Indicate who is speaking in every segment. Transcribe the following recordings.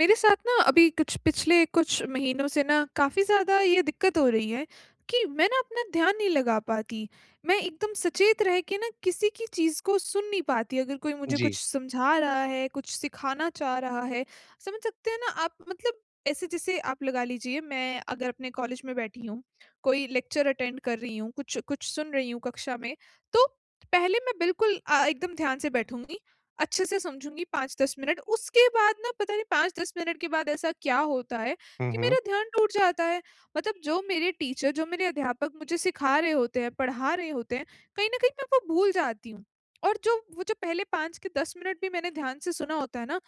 Speaker 1: मेरे साथ ना अभी कुछ पिछले कुछ महीनों से ना काफ़ी ज़्यादा ये दिक्कत हो रही है कि मैं ना अपना ध्यान नहीं लगा पाती। मैं एकदम सचेत रह के ना किसी की चीज़ को सुन नहीं पाती। अगर कोई मुझे
Speaker 2: जी।
Speaker 1: कुछ समझा रहा है, कुछ सिखाना चाह रहा है, समझ सकते हैं ना आप, मतलब ऐसे जैसे आप लगा लीजिए, मैं अगर अपने कॉलेज में बैठी हूँ, कोई लेक्चर अटेंड कर रही हूँ, कुछ कुछ सुन रही हूँ कक्षा में, तो पहले मैं बिल्कुल एकदम ध्यान से बैठूँगी, अच्छे से समझूँगी 5-10 मिनट। उसके बाद ना पता नहीं 5-10 मिनट के बाद ऐसा क्या होता है
Speaker 2: हुँ,
Speaker 1: कि
Speaker 2: हुँ।
Speaker 1: मेरा ध्यान टूट जाता है। मतलब जो मेरे टीचर, जो मेरे अध्यापक मुझे सिखा रहे होते हैं, पढ़ा रहे होते हैं, कहीं न कहीं मैं वो भूल जाती हूँ। और जो वो जो पहले 5 के 10 मिनट भी मैंने ध्यान से सुना होता है ना,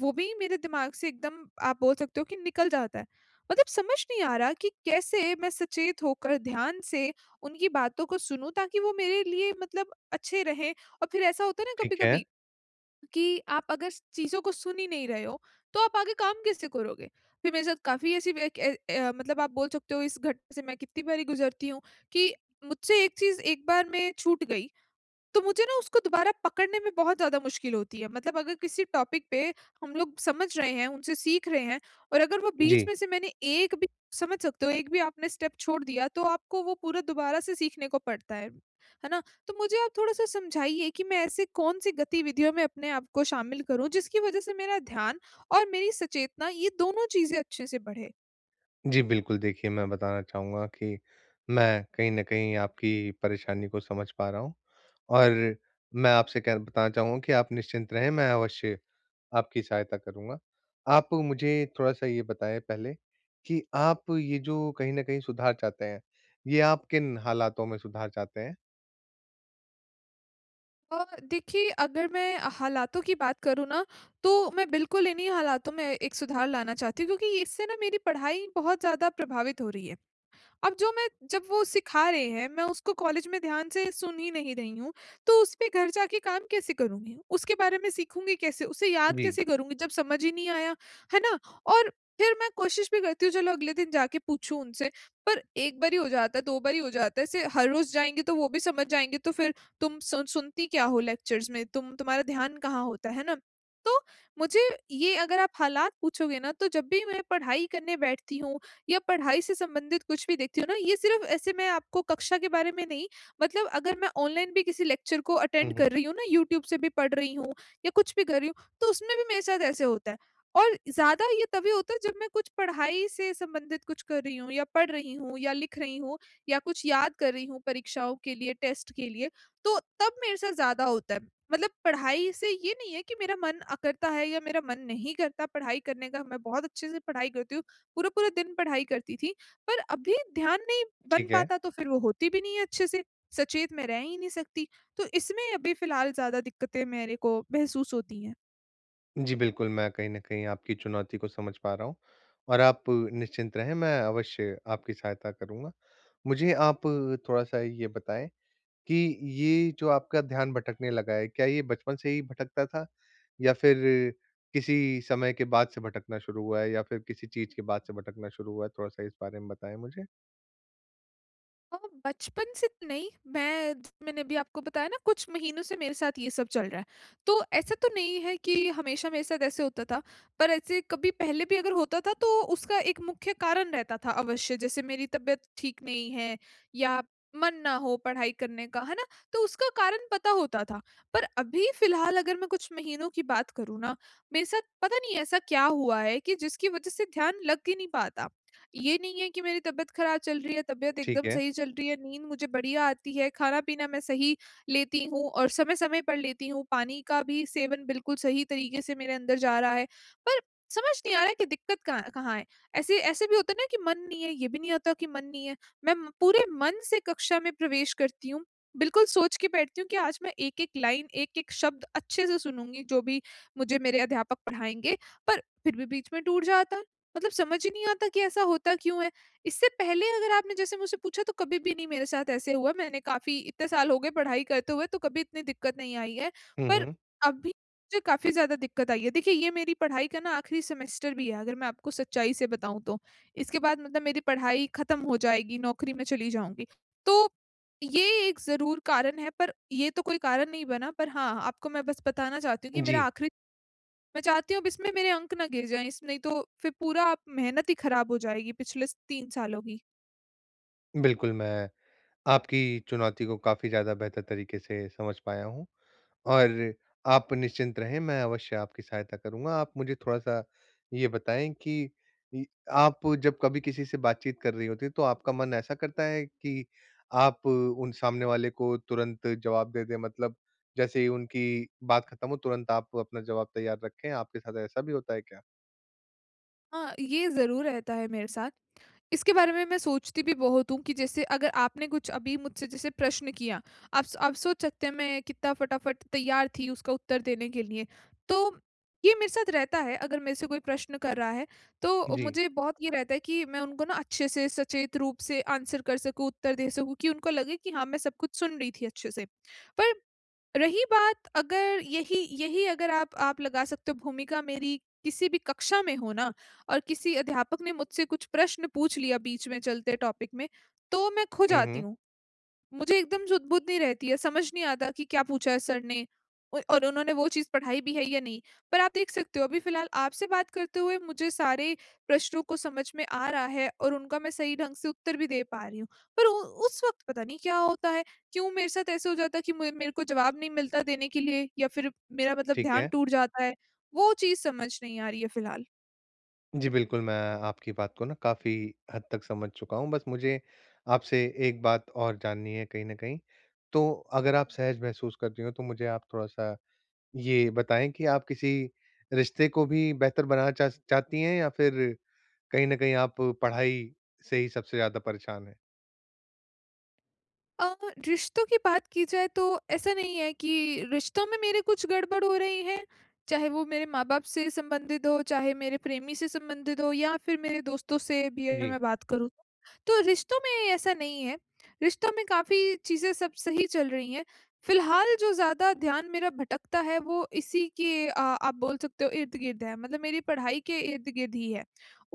Speaker 1: वो भी मेरे दिमाग से एकदम, आप बोल सकते हो, कि निकल जाता है। मतलब समझ नहीं आ रहा कि कैसे मैं सचेत होकर ध्यान से उनकी बातों को सुनूँ ताकि वो मेरे लिए मतलब अच्छे रहें। और फिर ऐसा होता है ना
Speaker 2: ठीक है।
Speaker 1: कभी-कभी कि आप अगर स चीज़ों को सुन ही नहीं रहे हो, तो आप आगे काम कैसे करोगे? फिर मेरे साथ काफ़ी ऐसी मतलब आप बोल सकते हो, इस घटना से मैं कितनी बारी गुज़रती हूँ कि मुझसे एक चीज़ एक बार में छूट गई तो मुझे ना उसको दोबारा पकड़ने में बहुत ज़्यादा मुश्किल होती है। मतलब अगर किसी टॉपिक पे हम लोग समझ रहे हैं, उनसे सीख रहे हैं और अगर वो
Speaker 2: जी।
Speaker 1: बीच में से मैंने एक भी, समझ सकते हो, एक भी आपने स्टेप छोड़ दिया तो आपको वो पूरा दोबारा से सीखने को पड़ता है। है ना? तो मुझे आप थोड़ा-सा समझाइए कि मैं ऐसे कौन-सी गतिविधियों में अपने आप को शामिल करूँ जिसकी वज़ह से मेरा ध्यान और मेरी सचेतना, ये दोनों चीज़ें अच्छे से बढ़े?
Speaker 2: जी, बिल्कुल, देखिए, मैं बताना चाहूँगा कि मैं कहीं न कहीं आपकी परेशानी को समझ पा रहा हूँ। और मैं आपसे कह बताना चाहूँगा कि आप निश्चिंत रहें, मैं अवश्य आपकी सहायता करूँगा। आप मुझे थोड़ा-सा ये बताएँ पहले कि आप ये जो कहीं न कहीं सुधार चाहते हैं, ये आप किन हालातों में सुधार चाहते हैं?
Speaker 1: अ, देखिए, अगर मैं हालातों की बात करूँ ना, तो मैं बिल्कुल इन्हीं हालातों में एक सुधार लाना चाहती हूँ क्योंकि इससे ना मेरी पढ़ाई बहुत ज़्यादा प्रभावित हो रही है। अब जो मैं, जब वो सिखा रहे हैं, मैं उसको कॉलेज में ध्यान से सुन ही नहीं रही हूँ, तो उस पे घर जाके काम कैसे करूँगी? उसके बारे में सीखूँगी कैसे? उसे याद
Speaker 2: जी।
Speaker 1: कैसे करूँगी जब समझ ही नहीं आया, है ना? और फिर मैं कोशिश भी करती हूँ, चलो अगले दिन जाके पूछूँ उनसे, पर 1 बार ही हो जाता है, 2 बार ही हो जाता है, ऐसे हर रोज़ जाएँगे तो वो भी समझ जाएँगे तो फिर, तुम सुनती क्या हो लेक्चर्स में? तुम्हारा ध्यान कहाँ होता है ना? तो मुझे ये, अगर आप हालात पूछोगे ना, तो जब भी मैं पढ़ाई करने बैठती हूँ या पढ़ाई से संबंधित कुछ भी देखती हूँ ना, ये सिर्फ़ ऐसे मैं आपको कक्षा के बारे में नहीं, मतलब अगर मैं ऑनलाइन भी किसी लेक्चर को
Speaker 2: हुँ,
Speaker 1: अटेंड
Speaker 2: हुँ।
Speaker 1: कर रही हूँ ना, यूट्यूब से भी पढ़ रही हूँ या कुछ भी कर रही हूँ, तो उसमें भी मेरे साथ ऐसे होता है। और ज़्यादा ये तभी होता है जब मैं कुछ पढ़ाई से संबंधित कुछ कर रही हूँ या पढ़ रही हूँ या लिख रही हूँ या कुछ याद कर रही हूँ परीक्षाओं के लिए, टेस्ट के लिए, तो तब मेरे साथ ज़्यादा होता है। मतलब पढ़ाई से ये नहीं है कि मेरा मन करता है या मेरा मन नहीं करता पढ़ाई करने का। मैं बहुत अच्छे से पढ़ाई करती हूँ, पूरा-पूरा दिन पढ़ाई करती थी, पर अभी ध्यान नहीं बन
Speaker 2: ठीक है।
Speaker 1: पाता तो फिर वो होती भी नहीं है अच्छे से, सचेत मैं रह ही नहीं सकती। तो इसमें अभी फ़िलहाल ज़्यादा दिक्कतें मेरे को महसूस होती हैं।
Speaker 2: जी, बिल्कुल, मैं कहीं न कहीं आपकी चुनौती को समझ पा रहा हूँ। और आप निश्चिंत रहें, मैं अवश्य आपकी सहायता करूँगा। मुझे आप थोड़ा-सा ये बताएँ कि ये जो आपका ध्यान भटकने लगा है, क्या ये बचपन से ही भटकता था, या फिर किसी समय के बाद से भटकना शुरू हुआ है, या फिर किसी चीज़ के बाद से भटकना शुरू हुआ है? थोड़ा-सा इस बारे में बताएँ मुझे।
Speaker 1: अ, बचपन से तो नहीं, मैंने भी आपको बताया ना, कुछ महीनों से मेरे साथ ये सब चल रहा है। तो ऐसा तो नहीं है कि हमेशा मेरे साथ ऐसे होता था, पर ऐसे कभी पहले भी अगर होता था तो उसका एक मुख्य कारण रहता था अवश्य, जैसे मेरी तबीयत ठीक नहीं है या मन ना हो पढ़ाई करने का, है ना? तो उसका कारण पता होता था। पर अभी फ़िलहाल अगर मैं कुछ महीनों की बात करूँ ना, मेरे साथ पता नहीं ऐसा क्या हुआ है कि जिसकी वज़ह से ध्यान लग ही नहीं पाता। ये नहीं है कि मेरी तबीयत खराब चल रही है, तबीयत
Speaker 2: ठीक
Speaker 1: एकदम
Speaker 2: है।
Speaker 1: सही चल रही है, नींद मुझे बढ़िया आती है, खाना-पीना मैं सही लेती हूँ और समय-समय पर लेती हूँ, पानी का भी सेवन बिल्कुल सही तरीके से मेरे अंदर जा रहा है। पर समझ नहीं आ रहा है कि दिक्कत कहाँ कहाँ है? ऐसे ऐसे भी होता है ना कि मन नहीं है, ये भी नहीं होता कि मन नहीं है। मैं म पूरे मन से कक्षा में प्रवेश करती हूँ, बिल्कुल सोच के बैठती हूँ कि आज मैं एक-एक लाइन, एक-एक शब्द अच्छे से सुनूँगी, जो भी मुझे मेरे अध्यापक पढ़ाएँगे, पर फिर भी बीच में टूट जाता है। मतलब समझ ही नहीं आता कि ऐसा होता क्यों है? इससे पहले अगर आपने जैसे मुझसे पूछा तो कभी भी नहीं मेरे साथ ऐसे हुआ, मैंने काफ़ी, इतने साल हो गए पढ़ाई करते हुए तो कभी इतनी दिक्कत नहीं आई है।
Speaker 2: हुँ,
Speaker 1: पर
Speaker 2: हुँ।
Speaker 1: अभी मुझे काफ़ी ज़्यादा दिक्कत आई है। देखिए, ये मेरी पढ़ाई का ना आखिरी सेमेस्टर भी है, अगर मैं आपको सच्चाई से बताऊँ तो। इसके बाद मतलब मेरी पढ़ाई खत्म हो जाएगी, नौकरी में चली जाऊँगी। तो ये एक ज़रूर कारण है, पर ये तो कोई कारण नहीं बना, पर हाँ, आपको मैं बस बताना चाहती हूँ कि
Speaker 2: जी,
Speaker 1: मेरा आखिरी, मैं चाहती हूँ अब इसमें मेरे अंक ना गिर जाएँ, इस नहीं तो फिर पूरा आप मेहनत ही ख़राब हो जाएगी पिछले स 3 सालों की।
Speaker 2: बिल्कुल, मैं आपकी चुनौती को काफ़ी ज़्यादा बेहतर तरीके से समझ पाया हूँ। और आप निश्चिंत रहें, मैं अवश्य आपकी सहायता करूँगा। आप मुझे थोड़ा-सा ये बताएँ कि इ आप जब कभी किसी से बातचीत कर रही होती हैं, तो आपका मन ऐसा करता है कि आप उन सामने वाले को तुरंत जवाब दे दें? मतलब जैसे ही उनकी बात खत्म हो, तुरंत आप अपना जवाब तैयार रखें, आपके साथ ऐसा भी होता है क्या?
Speaker 1: हाँ, ये ज़रूर रहता है मेरे साथ। इसके बारे में मैं सोचती भी बहुत हूँ कि जैसे अगर आपने कुछ अभी मुझसे जैसे प्रश्न किया, आप स आप सोच सकते हैं मैं कितना फटाफट तैयार थी उसका उत्तर देने के लिए। तो ये मेरे साथ रहता है, अगर मेरे से कोई प्रश्न कर रहा है, तो
Speaker 2: जी।
Speaker 1: मुझे बहुत ये रहता है कि मैं उनको ना अच्छे से सचेत रूप से आंसर कर सकूँ, उत्तर दे सकूँ, कि उनको लगे कि हाँ, मैं सब कुछ सुन रही थी अच्छे से। पर रही बात, अगर यही यही अगर आप लगा सकते हो, भूमिका मेरी किसी भी कक्षा में हो ना और किसी अध्यापक ने मुझसे कुछ प्रश्न पूछ लिया बीच में चलते टॉपिक में, तो मैं खो
Speaker 2: हुँ,
Speaker 1: जाती
Speaker 2: हुँ।
Speaker 1: हूँ। मुझे एकदम जुद-बुद नहीं रहती है, समझ नहीं आता कि क्या पूछा है सर ने औ और उन्होंने वो चीज़ पढ़ाई भी है या नहीं। पर आप देख सकते हो अभी फ़िलहाल आपसे बात करते हुए मुझे सारे प्रश्नों को समझ में आ रहा है और उनका मैं सही ढंग से उत्तर भी दे पा रही हूँ। पर उ उस वक़्त पता नहीं क्या होता है, क्यों मेरे साथ ऐसे हो जाता है कि मु मेरे को जवाब नहीं मिलता देने के लिए या फिर मेरा मतलब
Speaker 2: ठीक
Speaker 1: ध्यान
Speaker 2: है।
Speaker 1: टूट जाता है, वो चीज़ समझ नहीं आ रही है फ़िलहाल।
Speaker 2: जी, बिल्कुल, मैं आपकी बात को ना काफ़ी हद तक समझ चुका हूँ, बस मुझे आपसे एक बात और जाननी है कहीं न कहीं। तो अगर आप सहज महसूस कर रही हों, तो मुझे आप थोड़ा-सा ये बताएँ कि आप किसी रिश्ते को भी बेहतर बनाना चाहती हैं, या फिर कहीं न कहीं आप पढ़ाई से ही सबसे ज़्यादा परेशान हैं?
Speaker 1: अ, रिश्तों की बात की जाए तो ऐसा नहीं है कि रिश्तों में मेरे कुछ गड़बड़ हो रही है, चाहे वो मेरे माँ-बाप से संबंधित हो, चाहे मेरे प्रेमी से संबंधित हो या फिर मेरे दोस्तों से भी अगर
Speaker 2: जी,
Speaker 1: मैं बात करूँ तो। तो रिश्तों में ऐसा नहीं है, रिश्तों में काफ़ी चीज़ें सब सही चल रही हैं। फ़िलहाल जो ज़्यादा ध्यान मेरा भटकता है वो इसी के, आप बोल सकते हो, इर्द-गिर्द है, मतलब मेरी पढ़ाई के इर्द-गिर्द ही है।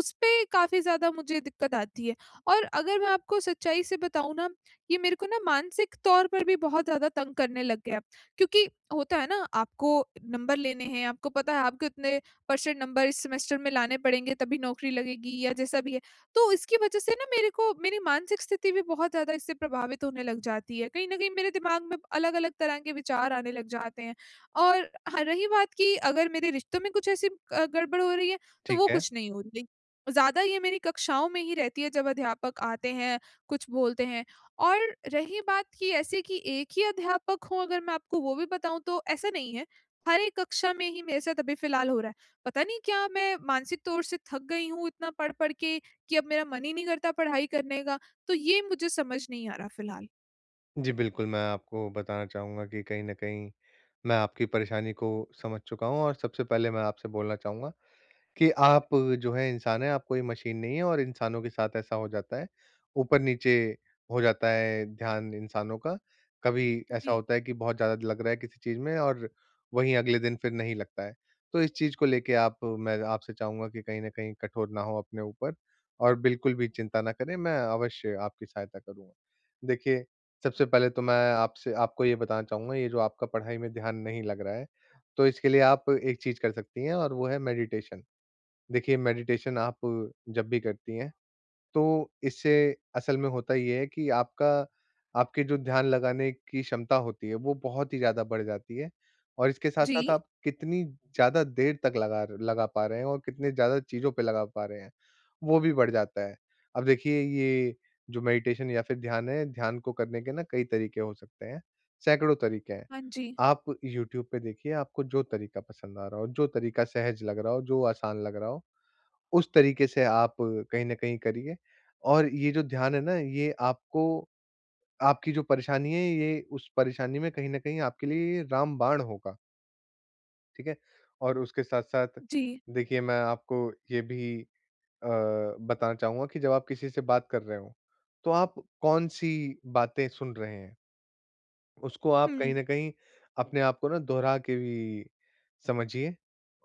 Speaker 1: उसपे काफ़ी ज़्यादा मुझे दिक्कत आती है और अगर मैं आपको सच्चाई से बताऊँ ना, ये मेरे को ना मानसिक तौर पर भी बहुत ज़्यादा तंग करने लग गया। क्योंकि होता है ना, आपको नंबर लेने हैं, आपको पता है आपको इतने परसेंट नंबर इस सेमेस्टर में लाने पड़ेंगे तभी नौकरी लगेगी या जैसा भी है। तो इसकी वज़ह से ना मेरे को मेरी मानसिक स्थिति भी बहुत ज़्यादा इससे प्रभावित होने लग जाती है। कहीं न कहीं मेरे दिमाग में अलग-अलग तरह के विचार आने लग जाते हैं। और हाँ, रही बात कि अगर मेरे रिश्तों में कुछ ऐसी गड़बड़ हो रही है तो
Speaker 2: ठीक
Speaker 1: वो
Speaker 2: है।
Speaker 1: कुछ नहीं हो रही। ज़्यादा ये मेरी कक्षाओं में ही रहती है जब अध्यापक आते हैं, कुछ बोलते हैं। और रही बात कि ऐसे कि एक ही अध्यापक हो, अगर मैं आपको वो भी बताऊँ तो ऐसा नहीं है, हर एक कक्षा में ही मेरे साथ अभी फ़िलहाल हो रहा है। पता नहीं क्या मैं मानसिक तौर से थक गई हूँ इतना पढ़-पढ़ के कि अब मेरा मन ही नहीं करता पढ़ाई करने का, तो ये मुझे समझ नहीं आ रहा फ़िलहाल।
Speaker 2: जी, बिल्कुल, मैं आपको बताना चाहूँगा कि कहीं न कहीं मैं आपकी परेशानी को समझ चुका हूँ। और सबसे पहले मैं आपसे बोलना चाहूँगा कि आप जो है इंसान हैं, आप कोई मशीन नहीं है, और इंसानों के साथ ऐसा हो जाता है, ऊपर-नीचे हो जाता है ध्यान इंसानों का। कभी ऐसा
Speaker 1: जी।
Speaker 2: होता है कि बहुत ज़्यादा लग रहा है किसी चीज़ में, और वहीं अगले दिन फिर नहीं लगता है। तो इस चीज़ को लेके आप मैं आपसे चाहूँगा कि कहीं न कहीं कठोर ना हों अपने ऊपर, और बिल्कुल भी चिंता ना करें, मैं अवश्य आपकी सहायता करूँगा। देखिए, सबसे पहले तो मैं आपसे आपको ये बताना चाहूँगा, ये जो आपका पढ़ाई में ध्यान नहीं लग रहा है, तो इसके लिए आप एक चीज़ कर सकती हैं, और वो है मेडिटेशन। देखिए, मेडिटेशन आप जब भी करती हैं, तो इससे असल में होता ये है कि आपका आपके जो ध्यान लगाने की क्षमता होती है, वो बहुत ही ज़्यादा बढ़ जाती है। और इसके साथ
Speaker 1: जी।
Speaker 2: साथ आप कितनी ज़्यादा देर तक लगा लगा पा रहे हैं, और कितने ज़्यादा चीज़ों पे लगा पा रहे हैं, वो भी बढ़ जाता है। अब देखिए, ये जो मेडिटेशन या फिर ध्यान है, ध्यान को करने के ना कई तरीके हो सकते हैं, सैकड़ों तरीके हैं।
Speaker 1: हाँ जी।
Speaker 2: आप यूट्यूब पे देखिए, आपको जो तरीका पसंद आ रहा हो, जो तरीका सहज लग रहा हो, जो आसान लग रहा हो, उस तरीके से आप कहीं न कहीं करिए। और ये जो ध्यान है ना, ये आपको आपकी जो परेशानी है, ये उस परेशानी में कहीं न कहीं आपके लिए रामबाण होगा, ठीक है? और उसके साथ-साथ
Speaker 1: जी।
Speaker 2: देखिए, मैं आपको ये भी अ, बताना चाहूँगा कि जब आप किसी से बात कर रहे हो, तो आप कौन-सी बातें सुन रहे हैं? उसको आप
Speaker 1: हुँ।
Speaker 2: कहीं न कहीं अपने आप को ना दोहरा के भी समझिए,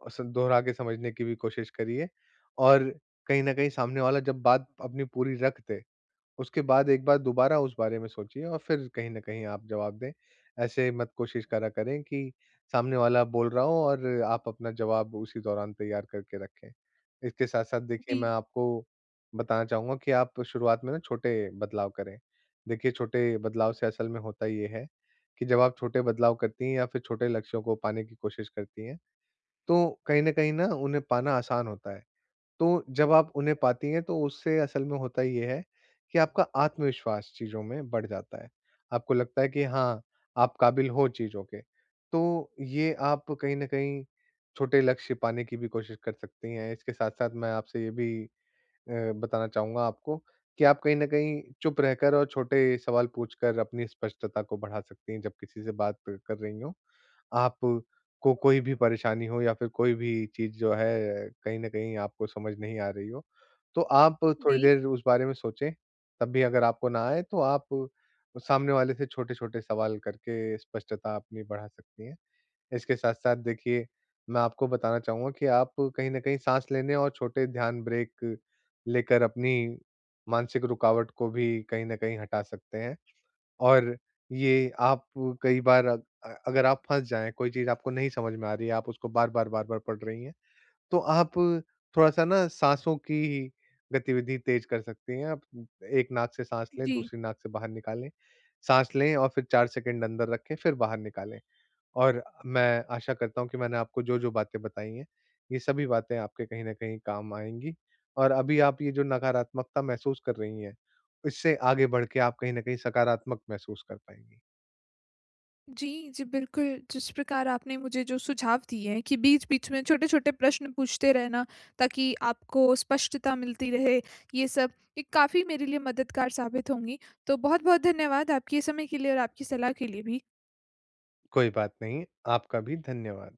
Speaker 2: और स दोहरा के समझने की भी कोशिश करिए। और कहीं न कहीं सामने वाला जब बात अपनी पूरी रख दे, उसके बाद एक बार दोबारा उस बारे में सोचिए, और फिर कहीं न कहीं आप जवाब दें। ऐसे मत कोशिश करा करें कि सामने वाला बोल रहा हो, और आप अपना जवाब उसी दौरान तैयार करके रखें। इसके साथ-साथ देखिए,
Speaker 1: जी,
Speaker 2: मैं आपको बताना चाहूँगा कि आप शुरुआत में ना छोटे बदलाव करें। देखिए, छोटे बदलाव से असल में होता ये है कि जब आप छोटे बदलाव करती हैं, या फिर छोटे लक्ष्यों को पाने की कोशिश करती हैं, तो कहीं न कहीं ना उन्हें पाना आसान होता है। तो जब आप उन्हें पाती हैं, तो उससे असल में होता ये है कि आपका आत्मविश्वास चीज़ों में बढ़ जाता है। आपको लगता है कि हाँ, आप काबिल हो चीज़ों के। तो ये आप कहीं न कहीं छोटे लक्ष्य पाने की भी कोशिश कर सकती हैं। इसके साथ-साथ मैं आपसे ये भी बताना चाहूँगा आपको, कि आप कहीं न कहीं चुप रहकर और छोटे सवाल पूछकर अपनी स्पष्टता को बढ़ा सकती हैं जब किसी से बात कर रही हों। आपको कोई भी परेशानी हो, या फिर कोई भी चीज़ जो है कहीं न कहीं आपको समझ नहीं आ रही हो, तो आप थोड़ी
Speaker 1: जी,
Speaker 2: देर उस बारे में सोचें। तब भी अगर आपको ना आए, तो आप सामने वाले से छोटे-छोटे सवाल करके स्पष्टता अपनी बढ़ा सकती हैं। इसके साथ-साथ देखिए, मैं आपको बताना चाहूँगा कि आप कहीं न कहीं साँस लेने और छोटे ध्यान ब्रेक लेकर अपनी मानसिक रुकावट को भी कहीं न कहीं हटा सकते हैं। और ये आप कई बार अगर आप फँस जाएँ, कोई चीज़ आपको नहीं समझ में आ रही है, आप उसको बार-बार, बार-बार पढ़ रही हैं, तो आप थोड़ा-सा ना साँसों की गतिविधि तेज़ कर सकती हैं। आप एक नाक से साँस लें,
Speaker 1: जी।
Speaker 2: दूसरी नाक से बाहर निकालें, साँस लें और फिर 4 सेकंड अंदर रखें, फिर बाहर निकालें। और मैं आशा करता हूँ कि मैंने आपको जो-जो बातें बताई हैं, ये सभी बातें आपके कहीं न कहीं काम आएँगी। और अभी आप ये जो नकारात्मकता महसूस कर रही हैं, इससे आगे बढ़ के आप कहीं न कहीं सकारात्मक महसूस कर पाएँगी।
Speaker 1: जी, जी, बिल्कुल, जिस प्रकार आपने मुझे जो सुझाव दिए हैं कि बीच-बीच में छोटे-छोटे प्रश्न पूछते रहना ताकि आपको स्पष्टता मिलती रहे, ये सब, ये काफ़ी मेरे लिए मददगार साबित होंगी। तो बहुत-बहुत धन्यवाद आपके समय के लिए और आपकी सलाह के लिए भी।
Speaker 2: कोई बात नहीं, आपका भी धन्यवाद।